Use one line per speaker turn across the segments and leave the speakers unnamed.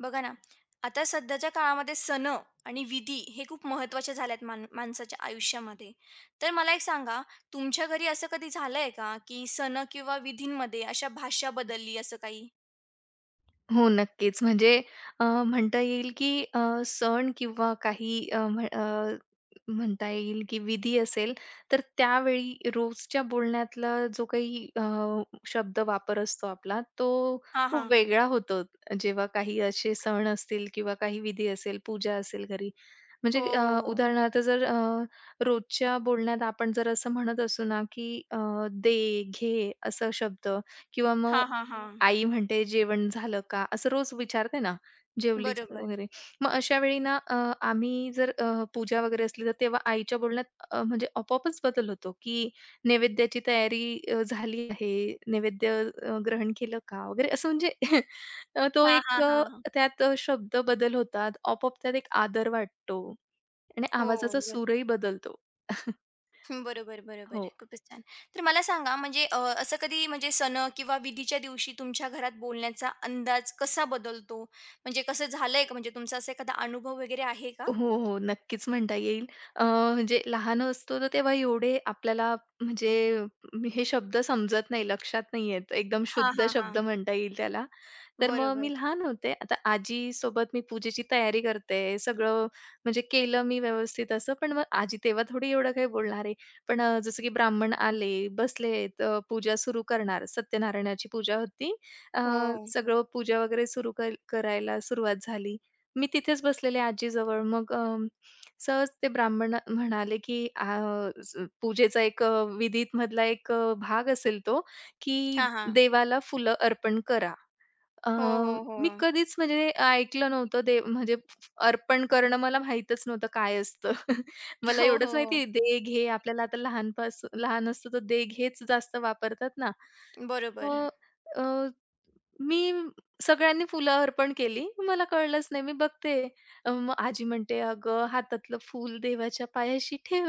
बघा ना, आता सध्याच्या काळामध्ये सणं आणि विधी हे खूप महत्त्वाचे झाल्यात मान माणसाच्या आयुष्यामध्ये. तर मला एक सांगा, तुमच्या घरी असं कधी झालंय का, की सणं किंवा विधींमध्ये अशा भाषा बदलली असं काही?
हो, नक्कीच. म्हणजे म्हणता येईल की सण किंवा काही म्हणता येईल की विधी असेल, तर त्यावेळी रोजच्या बोलण्यातला जो काही शब्द वापर असतो आपला, तो
हां,
खूप
हां.
वेगळा होतो. जेव्हा काही असे सण असतील किंवा काही विधी असेल, पूजा असेल घरी.
हो,
म्हणजे
हो, हो.
उदाहरणार्थ जर रोजच्या बोलण्यात आपण जर असं म्हणत असू ना, की "दे, घे" असं शब्द किंवा मग
हां, हां, हां.
आई म्हणते, "जेवण झालं का?" असं रोज विचारते ना, "जेवलीस?"
बरोबर.
वगैरे. मग अशा वेळी ना आम्ही जर पूजा वगैरे असली, तर तेव्हा आईच्या बोलण्यात म्हणजे आपोआपच बदल होतो, की नैवेद्याची तयारी झाली आहे, नैवेद्य ग्रहण केलं का? वगैरे असं म्हणजे अ, तो
हां,
एक
हां,
अ,
हां.
त्यात शब्द बदल होतात. आपोआप त्यात एक आदर वाटतो आणि
हो,
आवाजाचा
बर
सूरही बदलतो.
हं, बरोबर, बरोबर.
हो.
खूपच छान. तर मला सांगा असं कधी म्हणजे सणं किंवा विधीच्या दिवशी तुमच्या घरात बोलण्याचा अंदाज कसा बदलतो? म्हणजे कसं झालंय का? म्हणजे तुमचा असा एखादा अनुभव वगैरे आहे का?
हो, हो. नक्कीच म्हणता येईल. म्हणजे लहान असतो तर तेव्हा एवढे आपल्याला म्हणजे हे शब्द समजत नाही, लक्षात नाही येत. एकदम
हां,
शुद्ध
हां, हां.
शब्द म्हणता येईल त्याला. तर मग
बरोबर.
मी लहान होते. आता आजी सोबत मी पूजेची तयारी करते. सगळं म्हणजे केलं मी व्यवस्थित असं. पण मग आजी तेव्हा थोडी एवढं काही बोलणार आहे. पण जसं की ब्राह्मण आले, बसलेत, पूजा सुरू करणार. सत्यनारायणाची पूजा होती. अ,
हो.
सगळं पूजा वगैरे सुरू करायला सुरुवात झाली. मी तिथेच बसलेले आजीजवळ. मग सहज ते ब्राह्मण म्हणाले, की "अ, ज पूजेचा एक विधीत मधला एक भाग असेल तो, की
हां, हां.
देवाला फुलं अर्पण करा." अ,
हो, हो, हो.
मी कधीच म्हणजे ऐकलं नव्हतं दे म्हणजे अर्पण करणं मला माहीतच नव्हतं काय असतं. मला
हो,
एवढंच
हो,
माहिती
हो.
आहे, दे, घे. आपल्याला आता लहानपासून लहान असतो तर दे, घेच जास्त वापरतात ना.
बरोबर.
मग अ, मी सगळ्यांनी फुलं अर्पण केली. मला कळलंच नाही. मी बघते मग आजी म्हणते, "अगं, हातातलं फूल देवाच्या पायाशी ठेव."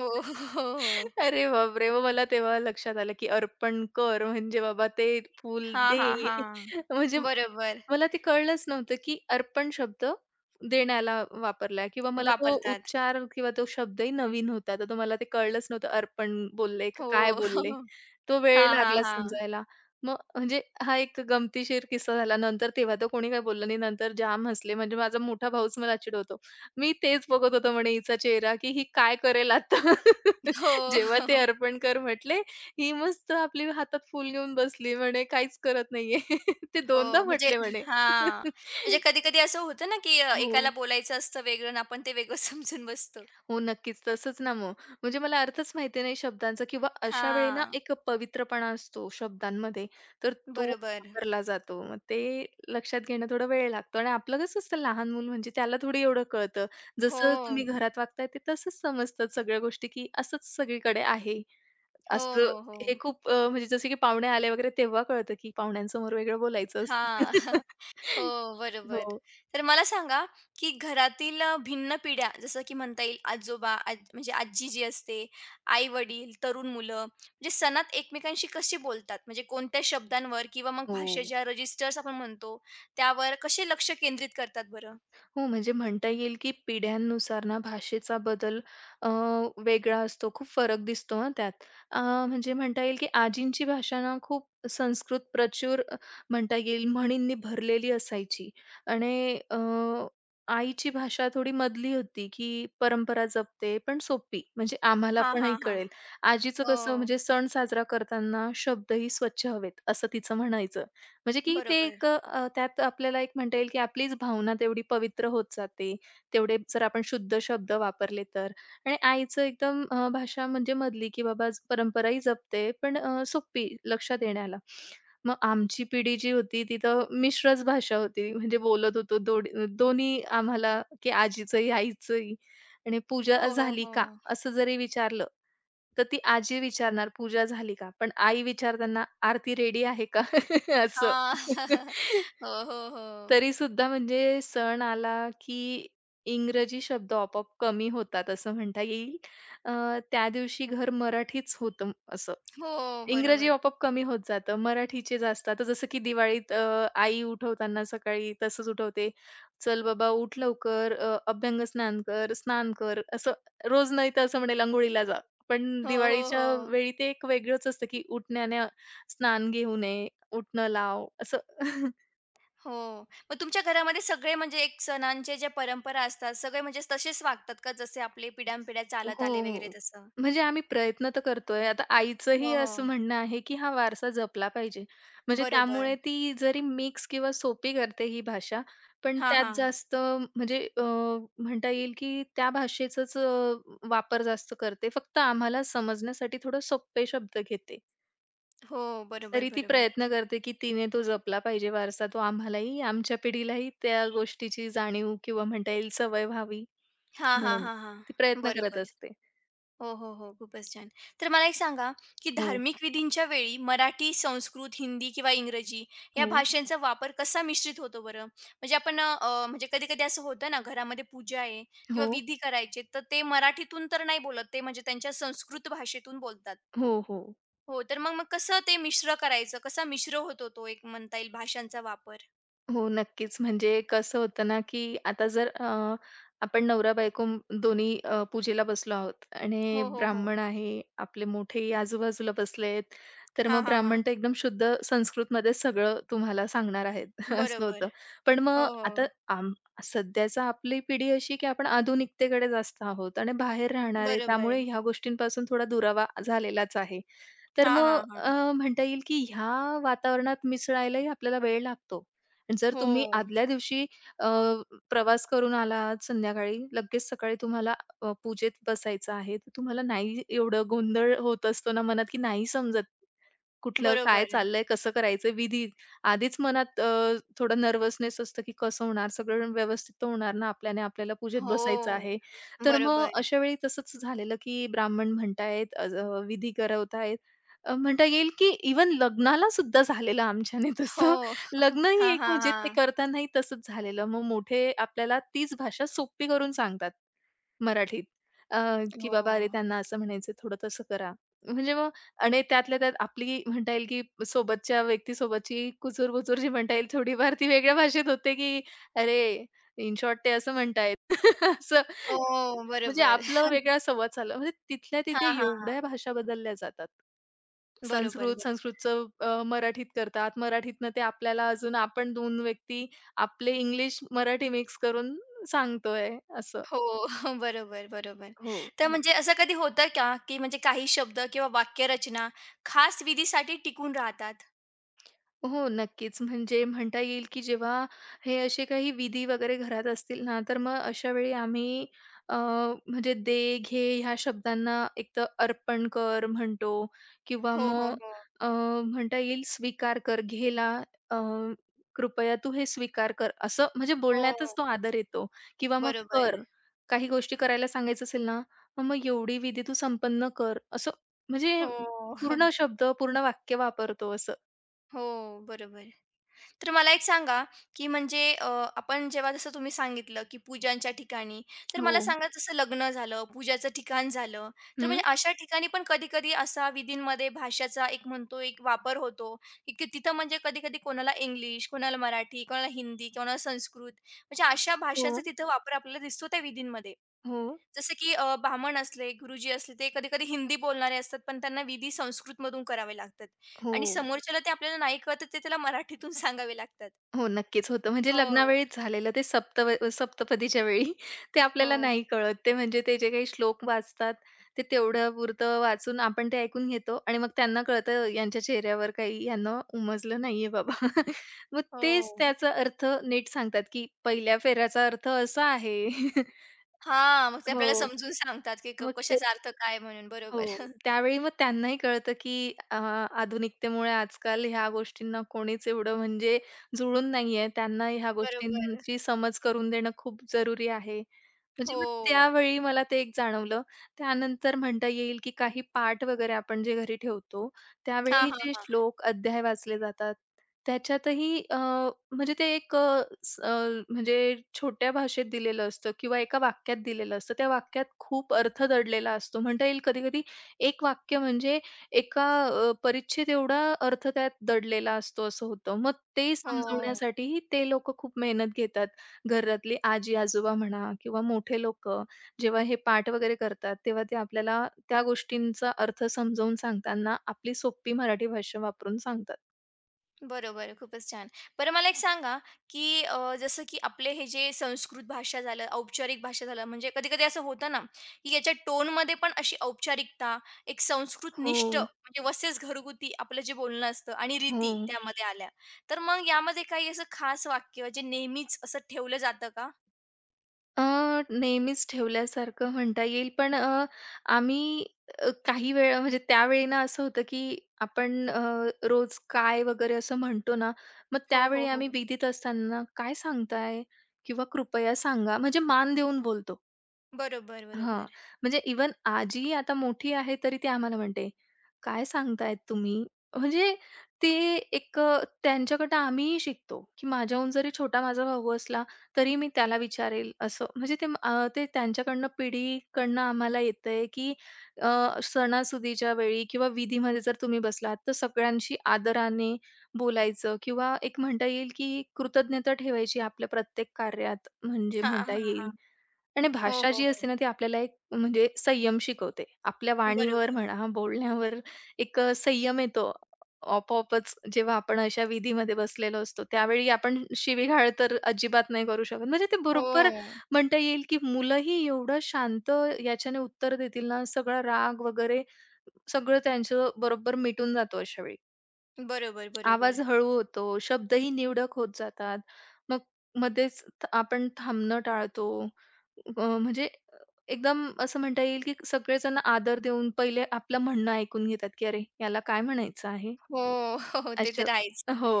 हो, हो, हो, हो.
अरे बापरे! मग मला तेव्हा लक्षात आलं, की अर्पण कर म्हणजे बाबा ते फूल
हां,
दे.
हां, हां.
म्हणजे
बरोबर.
मला ते कळलंच नव्हतं, की अर्पण शब्द देण्याला वापरलाय किंवा मला तो
वापरतात.
उच्चार किंवा तो शब्दही नवीन होता. तर तो मला ते कळलंच नव्हतं अर्पण बोलले का
हो.
काय बोलले? तो वेळ
हां, हां,
लागला
हां.
समजायला. मग म्हणजे हा एक गमतीशीर किस्सा झाला. नंतर तेव्हा तर कोणी काही बोललं नाही. नंतर जाम हसले. म्हणजे माझा मोठा भाऊच मला चिडवतो. "मी तेच बघत होतो," म्हणे "हिचा चेहरा, की ही काय करेल आता?"
हो.
जेव्हा ते अर्पण कर म्हटले ही मस्त आपली हातात फूल घेऊन बसली म्हणे, "काहीच करत नाहीये." ते दोनदा
हो, म्हणजे
म्हटले म्हणे.
हां, म्हणजे कधी-कधी असं होतं ना, की अ,
हो,
एकाला बोलायचं असतं वेगळं आणि आपण ते वेगळं समजून बसतो.
हो, नक्कीच. तसंच ना मग. म्हणजे मला अर्थच माहिती नाही शब्दांचा किंवा अशा वेळी ना
हां,
एक पवित्रपणा असतो शब्दांमध्ये, तर तो
बरोबर.
वापरला जातो. मग ते लक्षात घेणं थोडा वेळ लागतो आणि आपलं कसं असतं लहान मूल म्हणजे त्याला थोडी एवढं कळतं. जसं तुम्ही
हो.
घरात वागताय ते तसंच समजतात सगळ्या गोष्टी, की असंच सगळीकडे आहे.
हो,
असं
हो, हो.
हे खूप म्हणजे जसं की पाहुणे आले वगैरे तेव्हा कळतं, की पाहुण्यांसमोर वेगळं बोलायचं असतं.
हां. हो, बरोबर.
हो.
तर मला सांगा, की घरातील भिन्न पिढ्या जसं की म्हणता येईल आजोबा, आज म्हणजे आजी जी असते, आई-वडील, तरुण मुलं म्हणजे सणात एकमेकांशी कशी बोलतात? म्हणजे कोणत्या शब्दांवर किंवा मग
हो.
भाषेच्या रजिस्टर्स आपण म्हणतो, त्यावर कसे लक्ष केंद्रित करतात बरं?
हो, म्हणजे म्हणता येईल, की पिढ्यांनुसार ना भाषेचा बदल अ, वेगळा असतो. खूप फरक दिसतो हां त्यात. अ, म्हणजे म्हणता येईल, की आजींची भाषा ना खूप संस्कृत प्रचूर म्हणता येईल म्हणींनी भरलेली असायची आणि आईची भाषा थोडी मधली होती, की परंपरा जपते पण सोपी. म्हणजे आम्हाला
हां,
पणही
हां, हां.
कळेल. आजीचं
हो,
कसं म्हणजे सण साजरा करताना शब्दही स्वच्छ हवेत, असं तिचं म्हणायचं. म्हणजे की ते
बरोबर.
एक त्यात आपल्याला एक म्हणता येईल की आपलीच भावना तेवढी पवित्र होत जाते, तेवढे जर आपण शुद्ध शब्द वापरले तर. आणि आईचं एकदम भाषा म्हणजे मधली की बाबा परंपराही जपते, पण सोपी लक्षात येण्याला. मग आमची पिढी जी होती ती तर मिश्रच भाषा होती, म्हणजे बोलत होतो दोन्ही आम्हाला की आजीचंही, आईचंही. आणि
हो,
पूजा
हो,
झाली
हो.
का? असं जरी विचारलं, तर ती आजी विचारणार पूजा झाली का? पण आई विचारताना आरती रेडी आहे का? असं.
हां. हो, हो, हो.
तरी सुद्धा म्हणजे सण आला, की इंग्रजी शब्द आपोआप कमी होतात असं म्हणता येईल. अ, त्या दिवशी घर मराठीच होतं असं.
हो,
इंग्रजी
बरोबर.
आपोआप कमी होत जातं, मराठीचे जास्त. आता जसं की दिवाळीत आई उठवताना सकाळी तसंच उठवते, "चल बाबा उठ लवकर, अभ्यंग स्नान कर, स्नान कर." असं रोज नाही तर असं म्हणेल अंघोळीला जा. पण
हो, हो,
दिवाळीच्या
हो.
वेळी ते एक वेगळंच असतं, की उठण्याने स्नान घेऊ नये. उठणं लाव असं.
हो. मग तुमच्या घरामध्ये सगळे म्हणजे एक सणांचे ज्या परंपरा असतात, सगळे म्हणजे तसेच वागतात का जसे आपले पिढ्यानपिढ्या
हो,
चालत आले वगैरे
हो.
तसं?
म्हणजे आम्ही प्रयत्न तर करतोय. आता आईचंही
हो,
असं
हो.
म्हणणं आहे, की हा वारसा जपला पाहिजे. म्हणजे त्यामुळे
बरोबर.
ती जरी मिक्स किंवा सोपी करते ही भाषा, पण
हां,
त्यात
हां.
जास्त म्हणजे म्हणता येईल, की त्या भाषेचाच वापर जास्त करते. फक्त आम्हाला समजण्यासाठी थोडं सोपे शब्द घेते.
हो. बरोबर,
तरी ती
बरोबर.
प्रयत्न करते, की तिने तो जपला पाहिजे वारसा. तो आम्हालाही, आमच्या पिढीलाही त्या गोष्टीची जाणीव किंवा म्हणता येईल सवय व्हावी.
हां, हां,
म्हणून
हां, हां.
ती प्रयत्न करत
बरोबर.
असते.
हो, हो, हो. खूपच छान. तर मला एक सांगा, की
हो,
धार्मिक विधींच्या वेळी मराठी, संस्कृत, हिंदी किंवा इंग्रजी या
हो,
भाषांचा वापर कसा मिश्रित होतो बरं? म्हणजे कधी-कधी असं होतं ना, घरामध्ये पूजा आहे किंवा
हो,
विधी करायचे, तर ते मराठीतून तर नाही बोलत, ते म्हणजे त्यांच्या संस्कृत भाषेतून बोलतात.
हो, हो.
हो, तर मग मग कसं ते मिश्र करायचं? कसा मिश्र होतो तो एक म्हणता येईल भाषांचा वापर?
हो, नक्कीच. म्हणजे कसं होतं ना, की आता जर आपण नवरा-बायको दोन्ही पूजेला बसलो आहोत आणि
हो, हो, हो.
ब्राह्मण आहे, आपले मोठेही आजूबाजूला बसलेत, तर
हां,
मग
हां,
ब्राह्मण
हां.
तर एकदम शुद्ध संस्कृतमध्ये सगळं तुम्हाला सांगणार आहेत, असं
बरोबर.
होतं. पण मग
हो,
आता
हो.
आम सध्याचा आपली पिढी अशी, की आपण आधुनिकतेकडे जास्त आहोत आणि बाहेर राहणार
बरोबर.
त्यामुळे ह्या गोष्टींपासून थोडा दुरावा झालेलाच आहे. तर
हां,
मग
हां, हां.
म्हणता येईल, की ह्या वातावरणात मिसळायलाही आपल्याला वेळ लागतो. जर
हो.
तुम्ही आदल्या दिवशी अ, प्रवास करून आलात संध्याकाळी, लगेच सकाळी तुम्हाला पूजेत बसायचं आहे, तर तुम्हाला नाही एवढं गोंधळ होत असतो ना मनात, की नाही समजत. कुठलं काय
बरोबर.
चाललंय, कसं करायचं विधी. आधीच मनात थोडं नर्व्हसनेस असतं, की कसं होणार? सगळं व्यवस्थित तर होणार ना आपल्याने, आपल्याला पूजेत बसायचं
हो.
आहे. तर मग
बरोबर.
अशा वेळी तसंच झालेलं, की ब्राह्मण म्हणतायेत, अ, अ, विधी करवतायत. म्हणता येईल, की इव्हन लग्नाला सुद्धा झालेलं आमच्याने
हो.
तसं. लग्न ही
हां,
एक
हां,
म्हणजे ते
हां.
करतानाही तसंच झालेलं. मग मोठे आपल्याला तीच भाषा सोपी करून सांगतात मराठीत, अ, की
हो.
बाबा अरे त्यांना असं म्हणायचं, थोडं तसं करा. म्हणजे मग आणि त्यातल्या त्यात आपली म्हणता येईल, की सोबतच्या व्यक्तीसोबतची कुजूर-बुजूर जी म्हणता येईल थोडीफार ती वेगळ्या भाषेत होते, की "अरे, इन शॉर्ट ते असं म्हणतायत." असं
हो,
म्हणजे
बरोबर.
आपलं वेगळा संवाद चालला. म्हणजे तिथल्या तिथे
हां, हां,
एवढ्या
हां.
भाषा बदलल्या जातात.
बरोबर,
संस्कृत,
बरोबर.
संस्कृतचं मराठीत करतात. मराठीतनं ते आपल्याला अजून आपण 2 व्यक्ती आपले इंग्लिश, मराठी मिक्स करून सांगतोय असं.
हो, बरोबर, बरोबर.
हो.
तर हं. म्हणजे असं कधी होतं का, की म्हणजे काही शब्द किंवा वाक्यरचना खास विधीसाठी टिकून राहतात?
हो, नक्कीच. म्हणजे म्हणता येईल, की जेव्हा हे असे काही विधी वगैरे घरात असतील ना, तर मग अशा वेळी आम्ही अ, म्हणजे दे, घे ह्या शब्दांना एक तर अर्पण कर म्हणतो किंवा
हो, हो,
मग
हो.
अ, म्हणता येईल स्वीकार कर, घे अ, कृपया तू हे स्वीकार कर. असं म्हणजे बोलण्यातच
हो,
तो आदर येतो किंवा मग
बरोबर.
कर. काही गोष्टी करायला सांगायचं असेल ना, मग एवढी विधी तू संपन्न कर. असं म्हणजे
हो,
पूर्ण शब्द, पूर्ण वाक्य वापरतो असं.
हो, बरोबर. तर मला एक सांगा, की म्हणजे अ, आपण जेव्हा जसं तुम्ही सांगितलं, की पूजांच्या ठिकाणी, तर
हो.
मला सांगा जसं लग्न झालं, पूजाचं ठिकाण झालं, तर
हं.
म्हणजे अशा ठिकाणी पण कधी-कधी असा विधींमध्ये भाषेचा एक म्हणतो एक वापर होतो, की की तिथं म्हणजे कधी-कधी कोणाला इंग्लिश, कोणाला मराठी, कोणाला हिंदी, कोणाला संस्कृत म्हणजे अशा भाषांचा
हो,
तिथं वापर आपल्याला दिसतो त्या विधींमध्ये.
हो,
जसं की ब्राह्मण असले, गुरुजी असले, ते कधी-कधी हिंदी बोलणारे असतात, पण त्यांना विधी संस्कृतमधून करावे लागतात
हो,
आणि समोरच्याला ते आपल्याला नाही कळत, ते त्याला मराठीतून सांगावे लागतात.
हो. नक्कीच होतं. म्हणजे
हो,
लग्नावेळीच झालेलं ते सप्तपदीच्या वेळी ते आपल्याला
हो,
नाही कळत. ते म्हणजे ते जे काही श्लोक वाचतात, ते तेवढं पुरतं वाचून आपण ते ऐकून घेतो आणि मग त्यांना कळतं यांच्या चेहऱ्यावर काही यांना उमजलं नाहीये बाबा. मग तेच
हो.
त्याचा अर्थ नीट सांगतात, की पहिल्या फेऱ्याचा अर्थ असा आहे.
हां, मग ते
हो.
आपल्याला समजून सांगतात, की क
मग
कशाचा अर्थ काय म्हणून.
हो.
बरोबर.
त्यावेळी मग त्यांनाही कळतं, की आधुनिकतेमुळे आजकाल ह्या गोष्टींना कोणीच एवढं म्हणजे जुळून नाहीये. त्यांना ह्या
बरोबर.
गोष्टींची समज करून देणं खूप जरुरी आहे. म्हणजे मग
हो.
त्यावेळी मला ते एक जाणवलं. त्यानंतर म्हणता येईल, की काही पाठ वगैरे आपण जे घरी ठेवतो,
हां,
त्यावेळी
हां,
जे
हां.
श्लोक, अध्याय वाचले जातात, त्याच्यातही अ, म्हणजे ते एक अ, स अ, म्हणजे छोट्या भाषेत दिलेलं असतं किंवा एका वाक्यात दिलेलं असतं. त्या वाक्यात खूप अर्थ दडलेला असतो. म्हणता येईल कधी-कधी एक वाक्य म्हणजे एका परिच्छेद एवढा अर्थ त्यात दडलेला असतो असं होतं. मग ते
हो.
समजवण्यासाठीही ते लोकं खूप मेहनत घेतात. घरातली आजी-आजोबा म्हणा किंवा मोठे लोकं जेव्हा हे पाठ वगैरे करतात, तेव्हा ते आपल्याला त्या गोष्टींचा अर्थ समजावून सांगताना आपली सोपी मराठी भाषा वापरून सांगतात.
बरोबर, खूपच छान. बरं मला एक सांगा, जसं की आपले हे जे संस्कृत भाषा झालं, औपचारिक भाषा झालं, म्हणजे कधी-कधी असं होतं ना, की याच्या टोनमध्ये पण अशी औपचारिकता, एक संस्कृतनिष्ठ
हो,
म्हणजे वसेच घरगुती आपलं जे बोलणं असतं आणि रीती
हो.
त्यामध्ये आल्या. तर मग यामध्ये काही असं खास वाक्य जे नेहमीच असं ठेवलं जातं का?
अ, नेहमीच ठेवल्यासारखं म्हणता येईल. पण आम्ही काही वेळा म्हणजे त्यावेळी ना असं होतं, की आपण रोज काय वगैरे असं म्हणतो ना, मग
हो, हो,
त्यावेळी आम्ही
हो.
विधीत असताना, "काय सांगताय?" किंवा "कृपया सांगा." म्हणजे मान देऊन बोलतो.
बरोबर,
हां.
बरोबर.
म्हणजे इव्हन आजी आता मोठी आहे, तरी ती आम्हाला म्हणते, "काय सांगतायत तुम्ही?" म्हणजे ते एक त्यांच्याकडनं आम्हीही शिकतो, की माझ्याहून जरी छोटा माझा भाऊ असला, तरी मी त्याला विचारेल असं. म्हणजे ते ते त्यांच्याकडनं पिढीकडनं आम्हाला येतंय, की अ, सणासुदीच्या वेळी किंवा विधीमध्ये जर तुम्ही बसलात, तर सगळ्यांशी आदराने बोलायचं किंवा एक म्हणता येईल, की कृतज्ञता ठेवायची आपल्या प्रत्येक कार्यात, म्हणजे
हां,
म्हणता
हां.
येईल. आणि
हो,
भाषा
हो,
जी
हो.
असते ना, ती आपल्याला एक म्हणजे संयम शिकवते. आपल्या वाणीवर
बरोबर.
म्हणा, बोलण्यावर एक संयम येतो. आपोआपच जेव्हा आपण अशा विधीमध्ये बसलेलो असतो, त्यावेळी आपण शिवीघाळ तर अजिबात नाही करू शकत. म्हणजे ते बरोबर
हो.
म्हणता येईल, की मुलंही एवढं शांत याच्याने उत्तर देतील ना, सगळा राग वगैरे सगळं त्यांचं बरोबर मिटून जातो अशा वेळी.
बरोबर,
आवाज
बरोबर.
हळू होतो, शब्दही निवडक होत जातात. मग मध्येच आपण थांबणं टाळतो. अ, म्हणजे एकदम असं म्हणता येईल, की सगळेजण आदर देऊन पहिले आपलं म्हणणं ऐकून घेतात, की "अरे, याला काय म्हणायचं आहे?"
हो, हो. ते
असं
तर आहेच.
हो.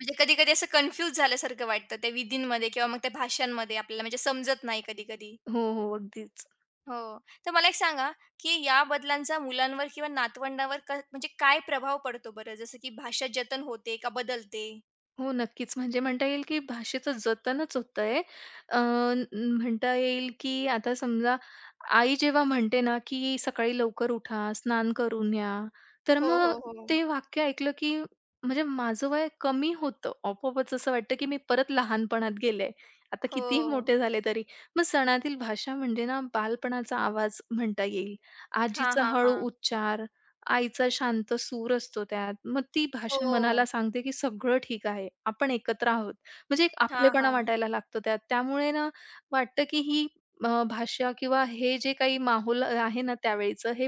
म्हणजे कधी-कधी असं कन्फ्यूज झाल्यासारखं वाटतं त्या विधींमध्ये किंवा मग त्या भाषांमध्ये आपल्याला म्हणजे समजत नाही कधी-कधी.
हो, हो. अगदीच.
हो. तर मला एक सांगा, की या बदलांचा मुलांवर किंवा नातवंडावर क म्हणजे काय प्रभाव पडतो बरं? जसं की भाषा जतन होते का बदलते?
हो, नक्कीच. म्हणजे म्हणता येईल, की भाषेचं जतनच होतंय. अ, म्हणता येईल, की आता समजा आई जेव्हा म्हणते ना, की सकाळी लवकर उठा, स्नान करून या, तर
हो, हो,
मग
हो.
ते वाक्य ऐकलं, की म्हणजे माझं वय कमी होतं. आपोआपच असं वाटतं, की मी परत लहानपणात गेले. आता कितीही
हो.
मोठे झाले तरी. मग सणातील भाषा म्हणजे ना, बालपणाचा आवाज म्हणता येईल.
हां,
आजीचा
हां,
हळू
हां.
उच्चार, आईचा शांत सूर असतो त्यात. मग ती भाषा
हो.
मनाला सांगते, की सगळं ठीक आहे. आपण एकत्र आहोत. म्हणजे एक
हां,
आपलेपणा
हां.
वाटायला लागतो त्यात. त्यामुळे ना वाटतं, की ही भाषा किंवा हे जे काही माहोल आहे ना त्यावेळीचं हे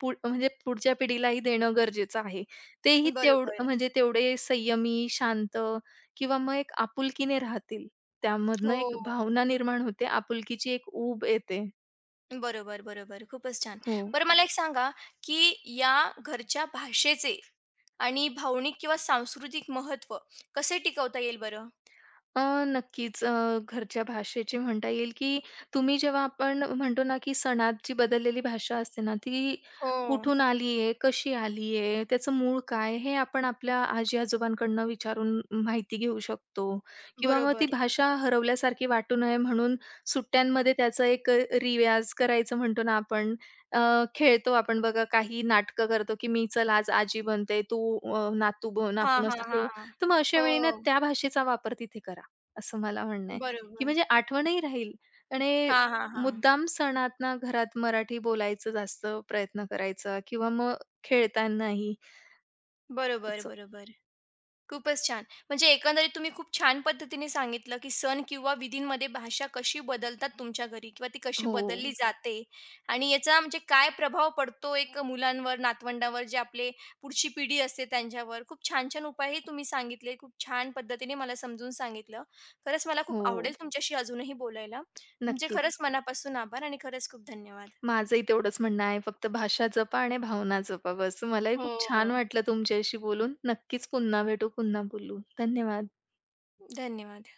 पुढच्या पिढीलाही देणं गरजेचं आहे. तेही तेवढं
बरोबर.
म्हणजे तेवढे संयमी, शांत किंवा मग एक आपुलकीने राहतील. त्यामधनं
हो.
एक भावना निर्माण होते. आपुलकीची एक ऊब येते.
बरोबर, बरोबर. खूपच छान.
हो.
बरं मला एक सांगा, की या घरच्या भाषेचे आणि भावनिक किंवा सांस्कृतिक महत्त्व कसे टिकवता येईल बरं?
अ, नक्कीच. घरच्या भाषेची म्हणता येईल, की तुम्ही जेव्हा आपण म्हणतो ना, की सणात जी बदललेली भाषा असते ना, ती
हो,
कुठून आली आहे, कशी आली आहे, त्याचं मूळ काय? हे आपण आपल्या आजी-आजोबांकडनं विचारून माहिती घेऊ शकतो किंवा मग ती
बरोबर.
भाषा हरवल्यासारखी वाटू नये म्हणून सुट्ट्यांमध्ये त्याचा एक रिवाज करायचं म्हणतो ना आपण. अ, खेळतो आपण बघा, काही नाटकं करतो, की मी चल आज आजी बनते, तू नातू बन,
हां,
आपण
हां,
असं खेळू.
हां.
तर मग अशा
हो,
वेळी ना त्या भाषेचा वापर तिथे करा. असं मला म्हणणं आहे, की
बरोबर.
म्हणजे आठवणही राहील आणि
हां, हां, हां.
मुद्दाम सणात ना घरात मराठी बोलायचं जास्त प्रयत्न करायचा किंवा मग खेळतानाही
बरोबर,
असं.
बरोबर. खूपच छान. म्हणजे एकंदरीत तुम्ही खूप छान पद्धतीने सांगितलं, की सण किंवा विधींमध्ये भाषा कशी बदलतात तुमच्या घरी किंवा ती कशी
हो,
बदलली हं. जाते आणि याचा म्हणजे काय प्रभाव पडतो एक मुलांवर, नातवंडांवर, जे आपले पुढची पिढी असते त्यांच्यावर. खूप छान-छान उपायही तुम्ही सांगितले. खूप छान पद्धतीने मला समजून सांगितलं. खरंच मला खूप
हो.
आवडेल तुमच्याशी अजूनही बोलायला. तुमचे खरंच
नक्कीच.
मनापासून आभार आणि खरंच खूप धन्यवाद.
माझंही तेवढंच म्हणणं आहे. फक्त भाषा जपा आणि भावना जपा बस. मलाही खूप
हो.
छान वाटलं तुमच्याशी बोलून. नक्कीच पुन्हा भेटू, पुन्हा बोलू. धन्यवाद.
धन्यवाद.